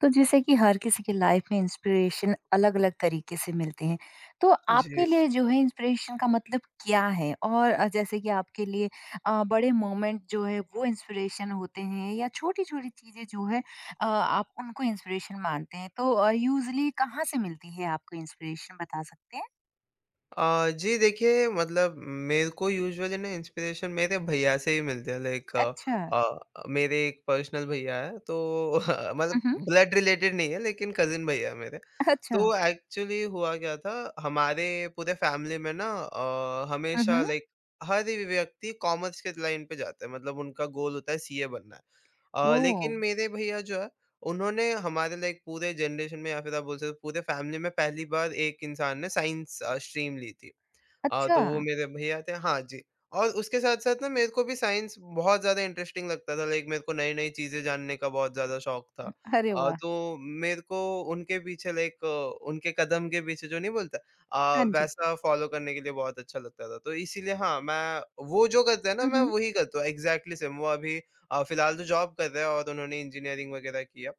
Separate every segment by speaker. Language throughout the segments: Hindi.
Speaker 1: तो जैसे कि हर किसी की लाइफ में इंस्पिरेशन अलग-अलग तरीके से मिलते हैं। तो
Speaker 2: जी।
Speaker 1: आपके लिए जो है इंस्पिरेशन का मतलब क्या है? और जैसे कि आपके लिए बड़े मोमेंट जो है वो इंस्पिरेशन होते हैं या छोटी-छोटी चीज़ें जो है आप उनको इंस्पिरेशन मानते हैं। तो यूजुअली कहाँ से मिलती है आपको इंस्पिरेशन बता सकते हैं?
Speaker 2: जी देखिए मतलब मेरे को यूजुअली ना इंस्पिरेशन मेरे भैया से ही मिलते हैं लाइक
Speaker 1: अच्छा।
Speaker 2: अ, मेरे एक पर्सनल भैया है तो
Speaker 1: हुँ,
Speaker 2: मतलब
Speaker 1: हुँ।
Speaker 2: ब्लड रिलेटेड नहीं है लेकिन कज़िन भैया है मेरे।
Speaker 1: अच्छा।
Speaker 2: तो एक्चुअली हुआ क्या था हमारे पूरे फैमिली में ना
Speaker 1: हुँ,
Speaker 2: हमेशा
Speaker 1: हुँ।
Speaker 2: लाइक हर ही व्यक्ति कॉमर्स के लाइन पे जाता है मतलब उनका गोल होता है सीए बनना है।
Speaker 1: ओह!
Speaker 2: लेकिन मेरे भैया जो है उन्होंने हमारे लाइक पूरे जनरेशन में या फिर आप बोल सकते हो पूरे फैमिली में पहली बार एक इंसान ने साइंस स्ट्रीम ली थी।
Speaker 1: अच्छा।
Speaker 2: तो वो मेरे भैया थे हाँ जी। और उसके साथ-साथ ना मेरे को भी साइंस बहुत ज़्यादा इंटरेस्टिंग लगता था लाइक मेरे को नई-नई चीज़ें जानने का बहुत ज़्यादा शौक था।
Speaker 1: अरे वाह!
Speaker 2: तो मेरे को उनके पीछे लाइक उनके कदम के पीछे जो नहीं बोलता
Speaker 1: हाँ जी।
Speaker 2: वैसा फ़ॉलो करने के लिए बहुत अच्छा लगता था। तो इसीलिए हाँ, मैं वो जो करते हैं ना
Speaker 1: हुँ,
Speaker 2: मैं
Speaker 1: हुँ।
Speaker 2: वही करता हूँ एग्ज़ैक्टली सेम। वो अभी फ़िलहाल तो जॉब कर रहे हैं और उन्होंने इंजीनियरिंग वग़ैरह किया।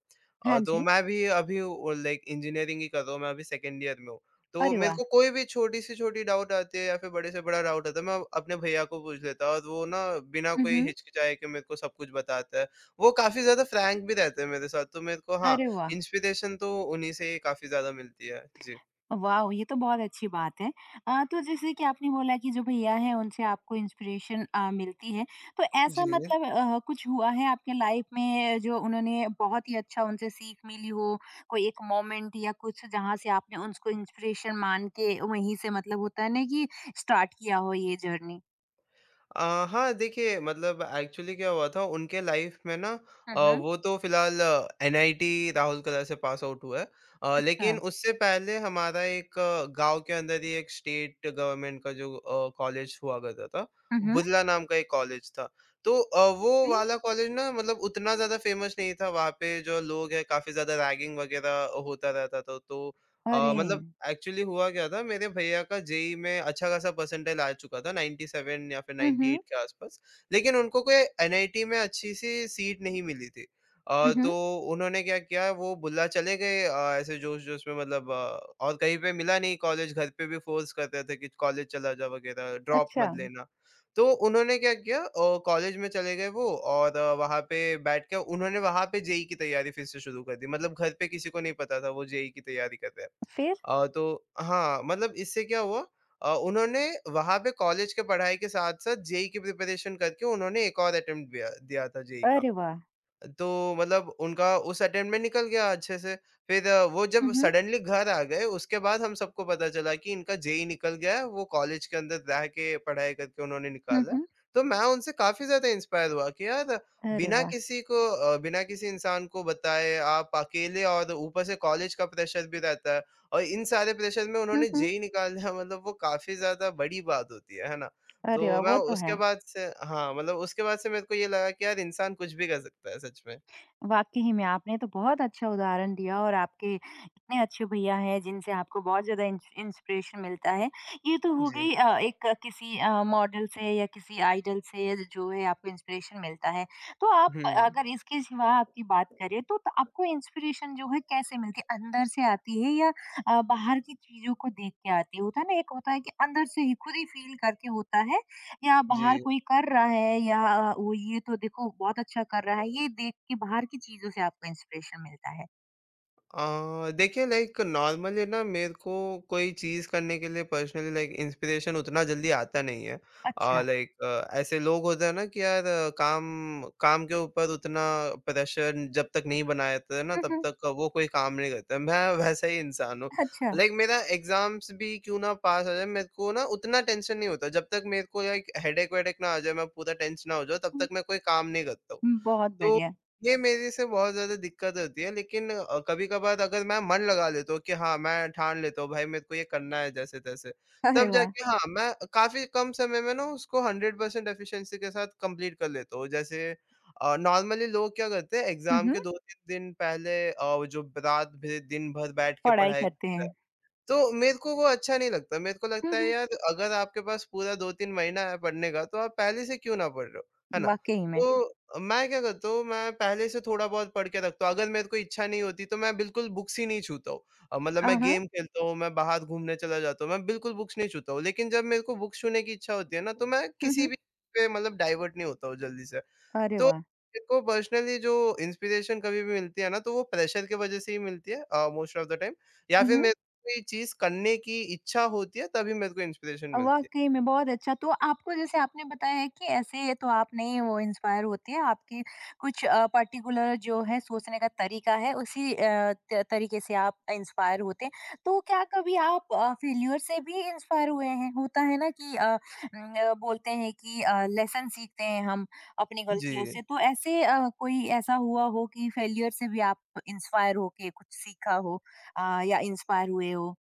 Speaker 1: हाँ
Speaker 2: तो
Speaker 1: जी।
Speaker 2: मैं भी अभी वो लाइक इंजीनियरिंग ही कर रहा हूँ, मैं अभी सेकंड ईयर में हूँ। तो
Speaker 1: अरे
Speaker 2: मेरे
Speaker 1: वाह!
Speaker 2: को कोई भी छोटी से छोटी डाउट आती है या फिर बड़े से बड़ा डाउट आता है, मैं अपने भैया को पूछ लेता हूँ और वो ना बिना
Speaker 1: हुँ,
Speaker 2: कोई
Speaker 1: हुँ।
Speaker 2: हिचकिचाए के मेरे को सब कुछ बताता है। वो काफ़ी ज़्यादा फ्रैंक भी रहते हैं मेरे साथ, तो मेरे को हाँ,
Speaker 1: अरे वाह!
Speaker 2: इंस्पिरेशन तो उन्हीं से ही काफ़ी ज़्यादा मिलती है। जी।
Speaker 1: वाओ! ये तो बहुत अच्छी बात है। तो जैसे कि आपने बोला कि जो भैया हैं उनसे आपको इंस्पिरेशन मिलती है। तो ऐसा
Speaker 2: जी
Speaker 1: मतलब कुछ हुआ है आपके लाइफ में जो उन्होंने बहुत ही अच्छा उनसे सीख मिली हो? कोई एक मोमेंट या कुछ जहाँ से आपने उसको इंस्पिरेशन मान के वहीं से मतलब होता है ना कि स्टार्ट किया हो ये जर्नी?
Speaker 2: हाँ, देखिए मतलब एक्चुअली क्या हुआ था उनके लाइफ में ना
Speaker 1: हुँ, हुँ।
Speaker 2: वो तो फ़िलहाल एनआईटी राहुल कला से पास आउट हुआ है। लेकिन
Speaker 1: हाँ।
Speaker 2: उससे पहले हमारा एक गाँव के अंदर ही एक स्टेट गवर्नमेंट का जो कॉलेज हुआ करता था,
Speaker 1: हुँ, हुँ।
Speaker 2: बुधला नाम का एक कॉलेज था। तो वो
Speaker 1: फिर?
Speaker 2: वाला कॉलेज ना मतलब उतना ज़्यादा फ़ेमस नहीं था, वहाँ पे जो लोग हैं काफ़ी ज़्यादा रैगिंग वग़ैरह होता रहता था। तो
Speaker 1: अरे!
Speaker 2: मतलब एक्चुअली हुआ क्या था, मेरे भैया का जेईई में अच्छा खासा परसेंटाइल आ चुका था, 97 या फिर
Speaker 1: हुँ,
Speaker 2: 98
Speaker 1: हुँ।
Speaker 2: के आस-पास। लेकिन उनको कोई एनआईटी में अच्छी-सी सीट नहीं मिली थी।
Speaker 1: हुँ, हुँ।
Speaker 2: तो उन्होंने क्या किया, वो बुर्ला चले गए ऐसे जोश-जोश में मतलब और कहीं पे मिला नहीं कॉलेज, घर पे भी फ़ोर्स करते थे कि कॉलेज चला जा वगैरह, ड्रॉप
Speaker 1: अच्छा,
Speaker 2: मत लेना। तो उन्होंने क्या किया कॉलेज में चले गए वो और वहाँ पे बैठ के उन्होंने वहाँ पे जेईई की तैयारी फिर से शुरू कर दी। मतलब घर पे किसी को नहीं पता था, वो जेईई की तैयारी कर रहे हैं।
Speaker 1: फिर?
Speaker 2: तो हाँ, मतलब इससे क्या हुआ उन्होंने वहाँ पे कॉलेज के पढ़ाई के साथ-साथ जेईई की प्रिपरेशन करके उन्होंने एक और अटेम्प्ट दिया दिया था जेईई का।
Speaker 1: अरे वाह!
Speaker 2: तो मतलब उनका उस अटेम्प्ट में निकल गया अच्छे से। फिर वो
Speaker 1: हुँ,
Speaker 2: जब
Speaker 1: हुँ।
Speaker 2: सडनली घर आ गए, उसके बाद हम सबको पता चला कि इनका जेईई निकल गया है, वो कॉलेज के अंदर रह के पढ़ाई करके उन्होंने
Speaker 1: हुँ,
Speaker 2: निकाला।
Speaker 1: हुँ।
Speaker 2: तो मैं उनसे काफ़ी ज़्यादा इंस्पायर हुआ कि यार
Speaker 1: अरे
Speaker 2: बिना
Speaker 1: वाह!
Speaker 2: किसी को बिना किसी इंसान को बताए आप अकेले और ऊपर से कॉलेज का प्रेशर भी रहता है और इन सारे प्रेशर में
Speaker 1: हुँ,
Speaker 2: उन्होंने
Speaker 1: हुँ।
Speaker 2: जेईई निकाला मतलब वो काफ़ी ज़्यादा बड़ी बात होती है ना?
Speaker 1: अरे
Speaker 2: तो
Speaker 1: वाह!
Speaker 2: मैं
Speaker 1: वो तो
Speaker 2: उसके
Speaker 1: है।
Speaker 2: बाद से हाँ, मतलब उसके बाद से मेरे को ये लगा कि यार इंसान कुछ भी कर सकता है सच में।
Speaker 1: वाक़ई में आपने तो बहुत अच्छा उदाहरण दिया और आपके इतने अच्छे भैया हैं जिनसे आपको बहुत ज़्यादा इंस्पिरेशन मिलता है। ये तो हो
Speaker 2: जी।
Speaker 1: गई एक किसी किसी मॉडल से या किसी आइडल से जो है आपको इंस्पिरेशन मिलता है। तो आप
Speaker 2: हुँ,
Speaker 1: अगर इसके सिवा आपकी बात करें तो त आपको इंस्पिरेशन जो है कैसे मिलती है? अंदर से आती है या बाहर की चीज़ों को देख के आती है? होता है ना एक होता है कि अंदर से ही खुद ही फ़ील करके होता है या
Speaker 2: जी।
Speaker 1: बाहर कोई कर रहा है या वो ये तो देखो बहुत अच्छा कर रहा है, ये देख के बाहर की चीज़ों से आपको इंस्पिरेशन मिलता है।
Speaker 2: देखिए लाइक नॉर्मली ना मेरे को कोई चीज़ करने के लिए पर्सनली लाइक इंस्पिरेशन उतना जल्दी आता नहीं है।
Speaker 1: अच्छा।
Speaker 2: लाइक ऐसे लोग होते हैं ना कि यार काम काम के ऊपर उतना प्रेशर जब तक नहीं बनाते हैं ना
Speaker 1: हुँ,
Speaker 2: तब
Speaker 1: हुँ।
Speaker 2: तक वो कोई काम नहीं करते। मैं वैसा ही इंसान हूँ।
Speaker 1: अच्छा।
Speaker 2: लाइक मेरा एग्ज़ाम्स भी क्यों ना पास हो जाए मेरे को ना उतना टेंशन नहीं होता। जब तक मेरे को लाइक हेडेक वेडेक ना आ जाए मैं पूरा टेंशन ना हो जाऊँ तब
Speaker 1: हुँ,
Speaker 2: तक मैं कोई काम नहीं करता हूँ।
Speaker 1: हुँ, बहुत
Speaker 2: तो
Speaker 1: बढ़िया।
Speaker 2: ये मेरे से बहुत ज़्यादा दिक्कत होती है लेकिन कभी-कभार अगर मैं मन लगा लेता हूँ कि हाँ, मैं ठान लेता हूँ भाई मेरे को ये करना है जैसे-तैसे,
Speaker 1: अरे
Speaker 2: तब
Speaker 1: वाह!
Speaker 2: जाके हाँ, मैं काफ़ी कम समय में ना उसको 100% एफिशिएंसी के साथ कंप्लीट कर लेता हूँ। जैसे नॉर्मली लोग क्या करते हैं
Speaker 1: हुँ,
Speaker 2: एग्ज़ाम
Speaker 1: हुँ,
Speaker 2: के 2-3 दिन पहले वो जो रात भर दिन भर बैठ के
Speaker 1: पढ़ाई
Speaker 2: पढ़ाई
Speaker 1: करते हैं।
Speaker 2: तो मेरे को वो अच्छा नहीं लगता। मेरे को
Speaker 1: हुँ,
Speaker 2: लगता है
Speaker 1: हुँ,
Speaker 2: यार अगर आपके पास पूरा 2-3 महीना है पढ़ने का तो आप पहले से क्यों ना पढ़ रहे हो, है ना?
Speaker 1: वाक़ई में।
Speaker 2: तो मैं क्या करता हूँ मैं पहले से थोड़ा बहुत पढ़ के रखता हूँ। अगर मेरे को इच्छा नहीं होती तो मैं बिल्कुल बुक्स ही नहीं छूता हूँ। मतलब
Speaker 1: हाँ,
Speaker 2: मैं
Speaker 1: हाँ।
Speaker 2: गेम खेलता हूँ, मैं बाहर घूमने चला जाता हूँ, मैं बिल्कुल बुक्स नहीं छूता हूँ। लेकिन जब मेरे को बुक्स छूने की इच्छा होती है ना तो मैं
Speaker 1: हुँ,
Speaker 2: किसी
Speaker 1: हुँ।
Speaker 2: भी पे मतलब डाइवर्ट नहीं होता हूँ जल्दी से।
Speaker 1: अरे
Speaker 2: तो
Speaker 1: वाह!
Speaker 2: मेरे को पर्सनली जो इंस्पिरेशन कभी भी मिलती है ना, तो वो प्रेशर की वजह से ही मिलती है मोस्ट ऑफ द टाइम या
Speaker 1: हुँ,
Speaker 2: फिर
Speaker 1: हुँ।
Speaker 2: मेरे को कोई चीज़ करने की इच्छा होती है, तभी मेरे को इंस्पिरेशन मिलती है।
Speaker 1: वाक़ई में बहुत अच्छा। तो आपको जैसे आपने बताया है कि ऐसे तो आप नहीं वो इंस्पायर होती हैं, आपकी कुछ पर्टिकुलर जो है सोचने का तरीका है उसी अ, त तरीके से आप इंस्पायर होते हैं। तो क्या कभी आप फेल्योर से भी इंस्पायर हुए हैं? होता है ना कि बोलते हैं कि लेसन सीखते हैं हम अपनी
Speaker 2: जी।
Speaker 1: गलतियों से। तो ऐसे कोई ऐसा हुआ हो कि फेल्योर से भी आप इंस्पायर होके कुछ सीखा हो या इंस्पायर हुए हो?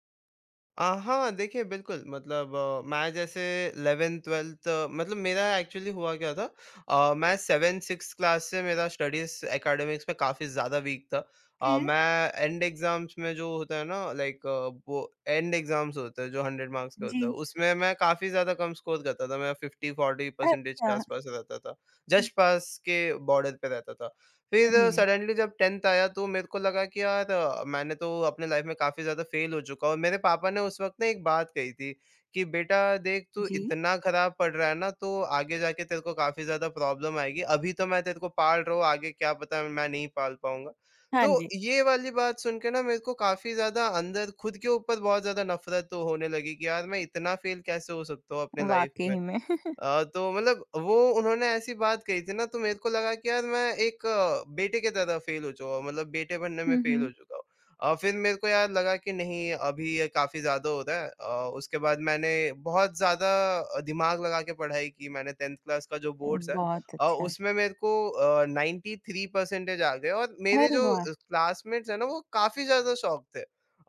Speaker 2: हाँ, देखिए बिल्कुल मतलब मैं जैसे 11th-12th मतलब मेरा एक्चुअली हुआ क्या था मैं 7th-6th क्लास से मेरा स्टडीज़ एकेडमिक्स में काफ़ी ज़्यादा वीक था।
Speaker 1: फिर?
Speaker 2: मैं एंड एग्ज़ाम्स में जो होता है ना लाइक वो एंड एग्ज़ाम्स होते हैं जो 100 मार्क्स के
Speaker 1: जी।
Speaker 2: होते हैं, उसमें मैं काफ़ी ज़्यादा कम स्कोर करता था। मैं 50-40 परसेंटेज के
Speaker 1: अच्छा।
Speaker 2: आस-पास रहता था। जस्ट पास के बॉर्डर पे रहता था। फिर
Speaker 1: अरे!
Speaker 2: सडनली जब 10th आया तो मेरे को लगा कि यार मैंने तो अपने लाइफ में काफ़ी ज़्यादा फ़ेल हो चुका हूँ। मेरे पापा ने उस वक़्त ना एक बात कही थी कि बेटा देख तू
Speaker 1: जी।
Speaker 2: इतना ख़राब पढ़ रहा है ना तो आगे जाके तेरे को काफ़ी ज़्यादा प्रॉब्लम आएगी। अभी तो मैं तेरे को पाल रहा हूँ, आगे क्या पता मैं नहीं पाल पाऊँगा।
Speaker 1: हाँ
Speaker 2: तो
Speaker 1: जी,
Speaker 2: ये वाली बात सुन के ना मेरे को काफ़ी ज़्यादा अंदर खुद के ऊपर बहुत ज़्यादा नफ़रत तो होने लगी कि यार मैं इतना फ़ेल कैसे हो सकता हूँ अपने लाइफ में।
Speaker 1: वाक़ई में।
Speaker 2: तो मतलब वो उन्होंने ऐसी बात कही थी ना तो मेरे को लगा कि यार मैं एक बेटे की तरह फ़ेल हो चुका हूँ, मतलब बेटे बनने में
Speaker 1: हुँ,
Speaker 2: फ़ेल हो
Speaker 1: हुँ।
Speaker 2: चुका हूँ। फिर मेरे को यार लगा कि नहीं अभी ये काफ़ी ज़्यादा हो रहा है। उसके बाद मैंने बहुत ज़्यादा दिमाग लगा के पढ़ाई की मैंने 10th क्लास का जो बोर्ड्स है
Speaker 1: बहुत अच्छा।
Speaker 2: उसमें मेरे को 93 परसेंटेज आ गए और मेरे
Speaker 1: अरे
Speaker 2: जो
Speaker 1: वाह!
Speaker 2: क्लासमेट्स हैं ना वो काफ़ी ज़्यादा शॉक थे।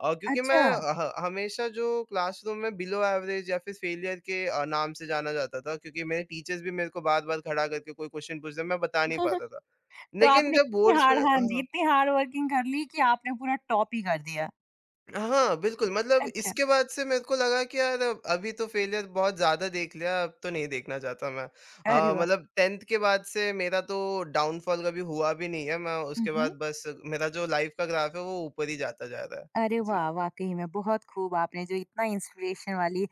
Speaker 2: क्योंकि मैं
Speaker 1: अच्छा।
Speaker 2: ह हमेशा जो क्लासरूम में बिलो एवरेज या फिर फेलियर के नाम से जाना जाता था क्योंकि मेरे टीचर्स भी मेरे को बार-बार खड़ा करके कोई क्वेश्चन पूछते, मैं बता नहीं पाता था।
Speaker 1: तो
Speaker 2: लेकिन
Speaker 1: आपने
Speaker 2: जब
Speaker 1: इतनी
Speaker 2: बोर्ड्स में
Speaker 1: हार्ड हाँ जी,
Speaker 2: हाँ।
Speaker 1: इतनी हार्ड वर्किंग कर ली कि आपने पूरा टॉप ही कर दिया।
Speaker 2: हाँ, बिल्कुल मतलब
Speaker 1: अच्छा।
Speaker 2: इसके बाद से मेरे को लगा कि यार अभी तो फेलियर बहुत ज़्यादा देख लिया, अब तो नहीं देखना चाहता मैं।
Speaker 1: अरे वाह!
Speaker 2: मतलब 10th के बाद से मेरा तो डाउनफॉल कभी हुआ भी नहीं है, मैं
Speaker 1: हुँ,
Speaker 2: उसके बाद
Speaker 1: हुँ।
Speaker 2: बस मेरा जो लाइफ का ग्राफ है वो ऊपर ही जाता जा रहा है।
Speaker 1: अरे
Speaker 2: जी।
Speaker 1: वाह! वाक़ई में बहुत खूब आपने जो इतना इंस्पिरेशन वाली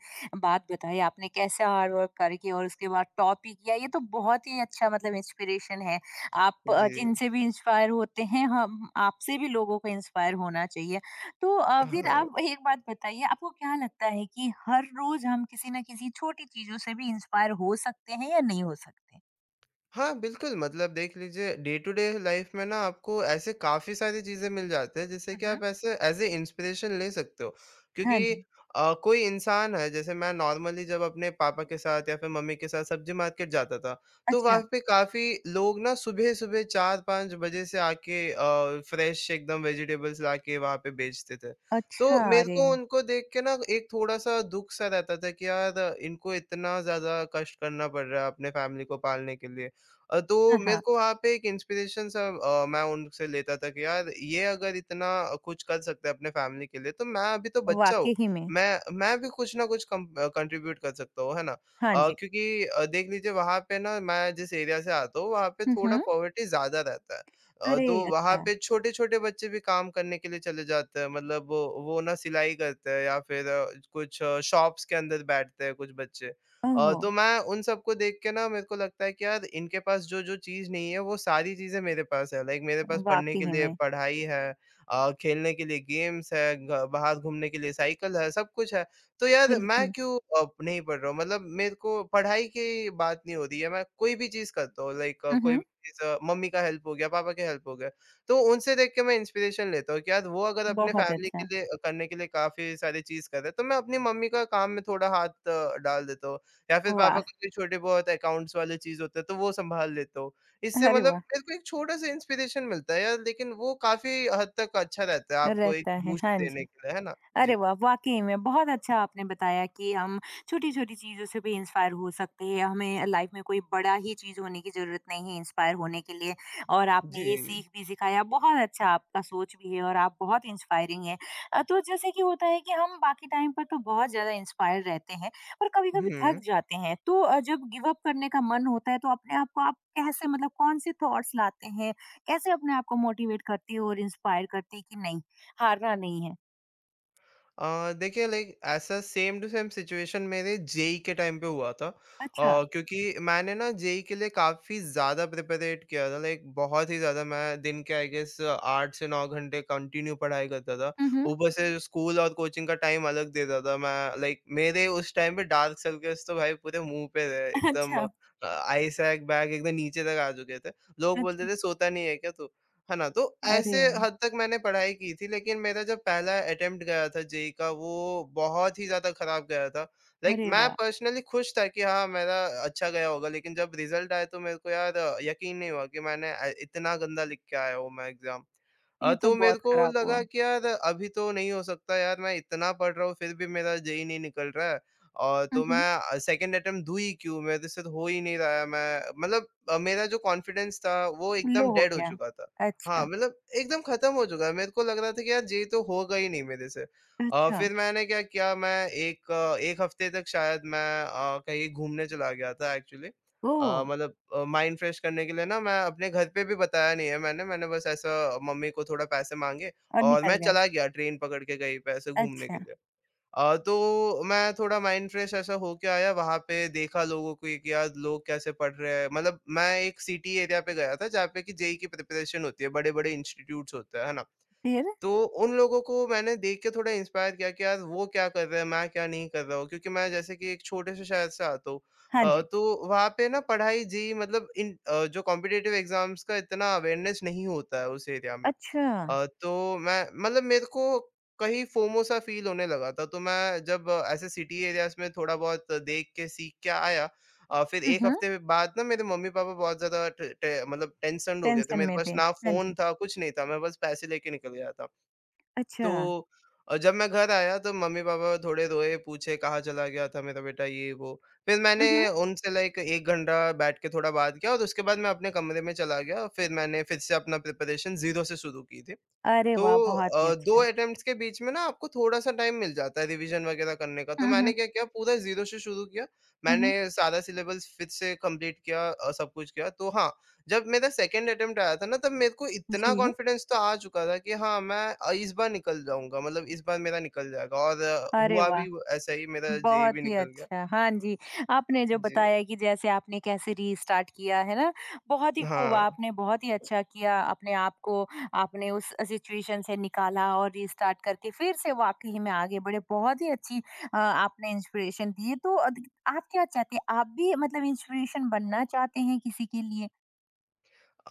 Speaker 1: बात बताई आपने कैसे हार्ड वर्क करके और उसके बाद टॉप ही किया, ये तो बहुत ही अच्छा मतलब इंस्पिरेशन है। आप
Speaker 2: जी।
Speaker 1: जिनसे भी इंस्पायर होते हैं हम आपसे भी लोगों को इंस्पायर होना चाहिए। तो फिर
Speaker 2: हाँ।
Speaker 1: आप एक बात बताइए आपको क्या लगता है कि हर रोज़ हम किसी न किसी छोटी चीज़ों से भी इंस्पायर हो सकते हैं या नहीं हो सकते?
Speaker 2: हाँ, बिल्कुल मतलब देख लीजिए डे टू डे लाइफ़ में ना आपको ऐसे काफ़ी सारी चीज़ें मिल जाते हैं जिससे
Speaker 1: हुँ,
Speaker 2: कि
Speaker 1: हुँ।
Speaker 2: आप ऐसे एज़ अ इंस्पिरेशन ले सकते हो।
Speaker 1: हाँ
Speaker 2: क्योंकि
Speaker 1: जी।
Speaker 2: कोई इंसान है जैसे मैं नॉर्मली जब अपने पापा के साथ या फिर मम्मी के साथ सब्ज़ी मार्केट जाता था, तो
Speaker 1: अच्छा,
Speaker 2: वहाँ पे काफ़ी लोग ना सुबह-सुबह 4-5 बजे से आके फ्रेश एकदम वेजिटेबल्स लाके वहाँ पे बेचते थे। तो
Speaker 1: अच्छा
Speaker 2: मेरे
Speaker 1: अरे!
Speaker 2: को उनको देख के ना एक थोड़ा-सा दुःख सा रहता था कि यार इनको इतना ज़्यादा कष्ट करना पड़ रहा है अपने फ़ैमिली को पालने के लिए। तो
Speaker 1: हाँ,
Speaker 2: मेरे
Speaker 1: हाँ।
Speaker 2: को वहाँ पे एक इंस्पिरेशन सा मैं उनसे लेता था कि यार ये अगर इतना कुछ कर सकते हैं अपने फैमिली के लिए तो मैं अभी तो बच्चा हूँ।
Speaker 1: वाक़ई में।
Speaker 2: मैं भी कुछ ना कुछ कम कंट्रीब्यूट कर सकता हूँ, है ना?
Speaker 1: हाँ जी।
Speaker 2: क्योंकि देख लीजिए वहाँ पे ना मैं जिस एरिया से आता हूँ वहाँ पे
Speaker 1: हुँ,
Speaker 2: थोड़ा
Speaker 1: हुँ।
Speaker 2: पॉवर्टी ज़्यादा रहता है।
Speaker 1: अरे!
Speaker 2: तो वहाँ
Speaker 1: अच्छा।
Speaker 2: पे छोटे-छोटे बच्चे भी काम करने के लिए चले जाते हैं मतलब वो ना सिलाई करते हैं या फिर कुछ शॉप्स के अंदर बैठते हैं कुछ बच्चे।
Speaker 1: ओह!
Speaker 2: तो मैं उन सबको देख के ना मेरे को लगता है कि यार इनके पास जो-जो चीज़ नहीं है वो सारी चीज़ें मेरे पास है। लाइक मेरे पास पढ़ने के
Speaker 1: वाक़ई
Speaker 2: लिए
Speaker 1: में।
Speaker 2: पढ़ाई है, खेलने के लिए गेम्स है, घ बाहर घूमने के लिए साइकिल है, सब कुछ है। तो यार मैं
Speaker 1: बिल्कुल।
Speaker 2: क्यों नहीं पढ़ रहा हूँ? मतलब मेरे को पढ़ाई की बात नहीं हो रही है, मैं कोई भी चीज़ करता हूँ लाइक
Speaker 1: हुँ,
Speaker 2: कोई
Speaker 1: हुँ।
Speaker 2: भी चीज़ मम्मी का हेल्प हो गया, पापा के हेल्प हो गया। तो उनसे देख के मैं इंस्पिरेशन लेता हूँ कि यार वो अगर अपने
Speaker 1: बहुत
Speaker 2: फैमिली के
Speaker 1: अच्छा।
Speaker 2: लिए करने के लिए काफ़ी सारी चीज़ कर रहे हैं, तो मैं अपनी मम्मी का काम में थोड़ा हाथ डाल देता हूँ। या फिर पापा
Speaker 1: वाह!
Speaker 2: का कोई छोटे-बहुत अकाउंट्स वाले चीज़ होता है तो वो सँभाल लेता हूँ। इससे
Speaker 1: अरे
Speaker 2: मतलब
Speaker 1: वाह!
Speaker 2: मेरे को एक छोटा-सा इंस्पिरेशन मिलता है यार, लेकिन वो काफ़ी हद तक अच्छा रहता है आपको एक
Speaker 1: रहता है।
Speaker 2: बूस्ट
Speaker 1: हाँ
Speaker 2: देने
Speaker 1: जी।
Speaker 2: के लिए, है ना?
Speaker 1: अरे
Speaker 2: जी।
Speaker 1: वाह! वाक़ई में बहुत अच्छा आपने बताया कि हम छोटी-छोटी चीज़ों से भी इंस्पायर हो सकते हैं, हमें लाइफ़ में कोई बड़ा ही चीज़ होने की ज़रूरत नहीं है इंस्पायर होने के लिए और आपने
Speaker 2: जी।
Speaker 1: ये सीख भी सिखाया, बहुत अच्छा आपका सोच भी है और आप बहुत इंस्पायरिंग हैं। तो जैसे कि होता है कि हम बाकी टाइम पर तो बहुत ज़्यादा इंस्पायर रहते हैं, पर कभी-कभी थक
Speaker 2: हुँ।
Speaker 1: जाते हैं, तो जब गिव अप करने का मन होता है, तो अपने आप को आप कैसे मतलब कौन-से थॉट्स लाते हैं? कैसे अपने आप को मोटिवेट करते हो और इंस्पायर करते हैं कि नहीं, हारना नहीं है?
Speaker 2: देखिए लाइक ऐसा सेम टू सेम सिचुएशन मेरे जेई के टाइम पे हुआ था,
Speaker 1: अच्छा।
Speaker 2: क्योंकि मैंने ना जेई के लिए काफ़ी ज़्यादा प्रिपरेट किया था लाइक बहुत ही ज़्यादा। मैं दिन के आई गेस 8 से 9 घंटे कंटिन्यू पढ़ाई करता था,
Speaker 1: हुँ, हुँ।
Speaker 2: ऊपर से स्कूल और कोचिंग का टाइम अलग देता था मैं। लाइक मेरे उस टाइम पे डार्क सर्कल्स तो भाई पूरे मुंह पे थे एकदम,
Speaker 1: अच्छा,
Speaker 2: आई सैक बैग एकदम नीचे तक आ चुके थे, लोग बोलते
Speaker 1: अच्छा।
Speaker 2: थे सोता नहीं है क्या तू, है ना? तो ऐसे
Speaker 1: अरे!
Speaker 2: हद तक मैंने पढ़ाई की थी, लेकिन मेरा जो पहला अटेम्प्ट गया था जेईई का वो बहुत ही ज़्यादा ख़राब गया था। लाइक
Speaker 1: अरे
Speaker 2: मैं
Speaker 1: वाह!
Speaker 2: पर्सनली खुश था कि हाँ, मेरा अच्छा गया होगा, लेकिन जब रिज़ल्ट आया तो मेरे को यार यकीन नहीं हुआ कि मैंने इतना गंदा लिख के आया हूँ मैं एग्ज़ाम।
Speaker 1: ये तो
Speaker 2: तो मेरे
Speaker 1: बहुत
Speaker 2: को
Speaker 1: खराब हुआ।
Speaker 2: लगा कि यार अभी तो नहीं हो सकता यार, मैं इतना पढ़ रहा हूँ फिर भी मेरा जेईई नहीं निकल रहा है, और
Speaker 1: हुँ,
Speaker 2: तो
Speaker 1: हुँ।
Speaker 2: मैं सेकंड अटेम्प्ट दूँ ही क्यों? मेरे से तो हो ही नहीं रहा है। मैं मतलब मेरा जो कॉन्फिडेंस था वो
Speaker 1: लो
Speaker 2: एकदम
Speaker 1: हो
Speaker 2: डेड हो
Speaker 1: गया।
Speaker 2: चुका था। हाँ,
Speaker 1: अच्छा,
Speaker 2: मतलब एकदम ख़त्म हो चुका है। मेरे को लग रहा था कि यार जेईई तो होगा ही नहीं मेरे से।
Speaker 1: अच्छा।
Speaker 2: फिर मैंने क्या किया, मैं एक 1 हफ़्ते तक शायद मैं कहीं घूमने चला गया था एक्चुअली।
Speaker 1: ओह!
Speaker 2: मतलब माइंड फ्रेश करने के लिए ना मैं अपने घर पे भी बताया नहीं है मैंने, मैंने बस ऐसा मम्मी को थोड़ा पैसे माँगे
Speaker 1: और
Speaker 2: और
Speaker 1: निकल
Speaker 2: मैं
Speaker 1: गए।
Speaker 2: चला गया ट्रेन पकड़ के कहीं पे ऐसे घूमने के
Speaker 1: अच्छा,
Speaker 2: लिए। तो मैं थोड़ा माइंड फ्रेश ऐसा होके आया, वहाँ पे देखा लोगों को कि यार लोग कैसे पढ़ रहे हैं। मतलब मैं एक सिटी एरिया पे गया था जहाँ पे कि जेईई की प्रिपरेशन होती है, बड़े-बड़े इंस्टीट्यूट्स होते हैं, है ना?
Speaker 1: फिर?
Speaker 2: तो उन लोगों को मैंने देख के थोड़ा इंस्पायर किया कि यार वो क्या कर रहा है, मैं क्या नहीं कर रहा हूँ। क्योंकि मैं जैसे कि एक छोटे से शहर से आता हूँ,
Speaker 1: हाँ जी।
Speaker 2: तो वहाँ पे ना पढ़ाई जेईई मतलब इन जो कॉम्पिटिटिव एग्ज़ाम्स का इतना अवेयरनेस नहीं होता है उस एरिया में।
Speaker 1: अच्छा,
Speaker 2: तो मैं मतलब मेरे को कहीं फोमो सा फ़ील होने लगा था। तो मैं जब ऐसे सिटी एरियाज़ में थोड़ा बहुत देख के सीख के आया, फिर
Speaker 1: हुँ,
Speaker 2: 1
Speaker 1: हुँ।
Speaker 2: हफ़्ते बाद ना मेरे मम्मी-पापा बहुत ज़्यादा ट टे मतलब टेंशन्ड हो गए थे।
Speaker 1: टेंशन
Speaker 2: मेरे
Speaker 1: में
Speaker 2: पास
Speaker 1: थे।
Speaker 2: ना
Speaker 1: हाँ
Speaker 2: फ़ोन
Speaker 1: जी।
Speaker 2: था, कुछ नहीं था, मैं बस पैसे लेके निकल गया था।
Speaker 1: अच्छा।
Speaker 2: तो जब मैं घर आया तो मम्मी-पापा थोड़े रोए, पूछे कहाँ चला गया था मेरा बेटा ये वो। फिर मैंने
Speaker 1: हुँ, हुँ।
Speaker 2: उनसे लाइक 1 घंटा बैठ के थोड़ा बात किया और उसके बाद मैं अपने कमरे में चला गया। फिर मैंने फिर से अपना प्रिपरेशन ज़ीरो से शुरू की थी।
Speaker 1: अरे
Speaker 2: तो
Speaker 1: वाह! बहुत ही
Speaker 2: 2
Speaker 1: अच्छा।
Speaker 2: अटेम्प्ट्स के बीच में ना आपको थोड़ा-सा टाइम मिल जाता है रिवीजन वगैरह करने का। तो
Speaker 1: हुँ,
Speaker 2: मैंने
Speaker 1: हुँ।
Speaker 2: क्या किया पूरा ज़ीरो से शुरू किया।
Speaker 1: हुँ,
Speaker 2: मैंने
Speaker 1: हुँ।
Speaker 2: सारा सिलेबस फिर से कंप्लीट किया, सब कुछ किया। तो हाँ, जब मेरा सेकंड अटेम्प्ट आया था ना तब मेरे को इतना
Speaker 1: जी,
Speaker 2: कॉन्फिडेंस तो आ चुका था कि हाँ, मैं इस बार निकल जाऊँगा, मतलब इस बार मेरा निकल जाएगा, और
Speaker 1: अरे
Speaker 2: हुआ
Speaker 1: वाह!
Speaker 2: भी ऐसा ही, मेरा जेईई
Speaker 1: बहुत
Speaker 2: भी
Speaker 1: ही
Speaker 2: निकल गया।
Speaker 1: अच्छा, हाँ जी। आपने जो
Speaker 2: जी,
Speaker 1: बताया कि जैसे आपने कैसे रीस्टार्ट किया, है ना? बहुत ही खूब,
Speaker 2: हाँ।
Speaker 1: आपने बहुत ही अच्छा किया, अपने आप को आपने उस सिचुएशन से निकाला और रीस्टार्ट करके फिर से वाक़ई में आगे बढ़े। बहुत ही अच्छी आपने इंस्पिरेशन दी है, तो अद आप क्या चाहते हैं? आप भी मतलब इंस्पिरेशन बनना चाहते हैं किसी के लिए?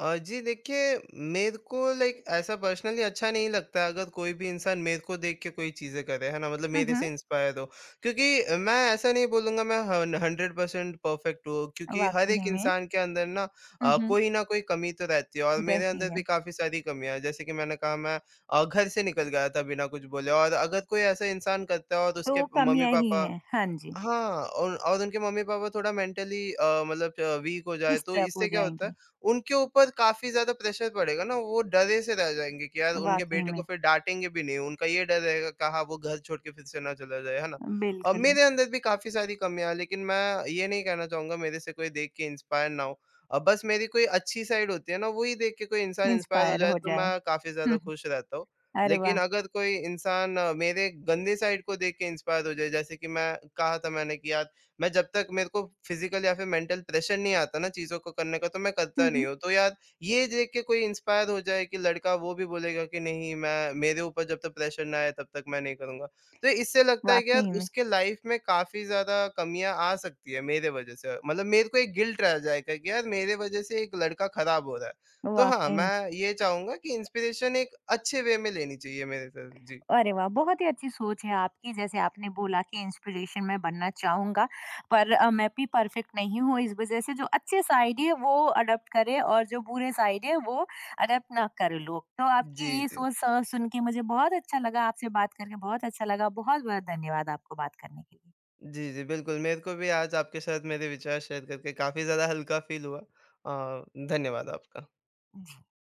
Speaker 2: जी देखिए, मेरे को लाइक ऐसा पर्सनली अच्छा नहीं लगता अगर कोई भी इंसान मेरे को देख के कोई चीज़ें करे, है ना? मतलब
Speaker 1: हुँ,
Speaker 2: मेरे
Speaker 1: हुँ।
Speaker 2: से इंस्पायर हो। क्योंकि मैं ऐसा नहीं बोलूँगा मैं हन 100% परफेक्ट हूँ, क्योंकि हर
Speaker 1: वाक़ई
Speaker 2: एक
Speaker 1: में
Speaker 2: इंसान के अंदर ना
Speaker 1: हुँ, हुँ,
Speaker 2: कोई ना कोई कमी तो रहती है और मेरे अंदर
Speaker 1: रहती
Speaker 2: भी
Speaker 1: है।
Speaker 2: काफ़ी सारी कमियाँ हैं। जैसे कि मैंने कहा, मैं घर से निकल गया था बिना कुछ बोले, और अगर कोई ऐसा इंसान करता है और उसके
Speaker 1: तो कमियाँ ही
Speaker 2: मम्मी-पापा,
Speaker 1: हैं। हाँ जी,
Speaker 2: हाँ, और उनके मम्मी-पापा थोड़ा मेंटली मतलब वीक हो जाए, तो
Speaker 1: डिस्टर्ब हो
Speaker 2: इससे क्या होता है,
Speaker 1: जाएँगी,
Speaker 2: उनके ऊपर काफ़ी ज़्यादा प्रेशर पड़ेगा ना, वो डरे से रह जाएँगे कि यार उनके
Speaker 1: वाक़ई
Speaker 2: बेटे को
Speaker 1: में।
Speaker 2: फिर डाँटेंगे भी नहीं, उनका ये डर रहेगा कहाँ वो घर छोड़ के फिर से ना चला जाए, है ना? और
Speaker 1: बिल्कुल।
Speaker 2: मेरे अंदर भी काफ़ी सारी कमियाँ हैं, लेकिन मैं ये नहीं कहना चाहूँगा मेरे से कोई देख के इंस्पायर ना हो। बस मेरी कोई अच्छी साइड होती है ना, वो ही देख के कोई इंसान इंस्पायर हो
Speaker 1: इंस्पायर
Speaker 2: जाए
Speaker 1: हो
Speaker 2: तो
Speaker 1: जाए।
Speaker 2: मैं काफ़ी ज़्यादा
Speaker 1: हुँ, हुँ।
Speaker 2: खुश रहता हूँ।
Speaker 1: अरे
Speaker 2: लेकिन
Speaker 1: वाह!
Speaker 2: अगर कोई इंसान मेरे गंदे साइड को देख के इंस्पायर हो जाए, जैसे कि मैं कहा था मैंने कि यार मैं जब तक मेरे को फिजिकल या फिर मेंटल प्रेशर नहीं आता ना चीज़ों को करने का तो मैं करता
Speaker 1: हुँ,
Speaker 2: नहीं
Speaker 1: हुँ।
Speaker 2: हूँ। तो यार ये देख के कोई इंस्पायर हो जाए कि लड़का, वो भी बोलेगा कि नहीं, मैं मेरे ऊपर जब तक प्रेशर ना आए तब तक मैं नहीं करूँगा। तो इससे लगता है कि यार
Speaker 1: वाक़ई में,
Speaker 2: उसके लाइफ में काफ़ी ज़्यादा कमियाँ आ सकती है मेरे वज़ह से, मतलब मेरे को एक गिल्ट रह जाएगा कि यार मेरे वज़ह से एक लड़का खराब हो रहा है। तो हाँ,
Speaker 1: वाक़ई में।
Speaker 2: मैं ये चाहूँगा कि इंस्पिरेशन एक अच्छे वे में लेनी चाहिए मेरे तरफ। जी।
Speaker 1: अरे वाह! बहुत ही अच्छी सोच है आपकी जैसे आपने बोला कि इंस्पिरेशन मैं बनना चाहूँगा पर मैं भी परफेक्ट नहीं हूँ इस वज़ह से जो अच्छे साइड है वो अडॉप्ट करें और जो बुरे साइड है वो अडॉप्ट ना करें लोग। तो
Speaker 2: जी,
Speaker 1: आपकी ये
Speaker 2: जी।
Speaker 1: सोच स सुन के मुझे बहुत अच्छा लगा, आपसे बात करके बहुत अच्छा लगा। बहुत-बहुत धन्यवाद आपको बात करने के लिए।
Speaker 2: जी, जी, बिल्कुल। मेरे को भी आज आपके साथ मेरे विचार शेयर करके काफ़ी ज़्यादा हल्का फ़ील हुआ। धन्यवाद आपका।
Speaker 1: जी।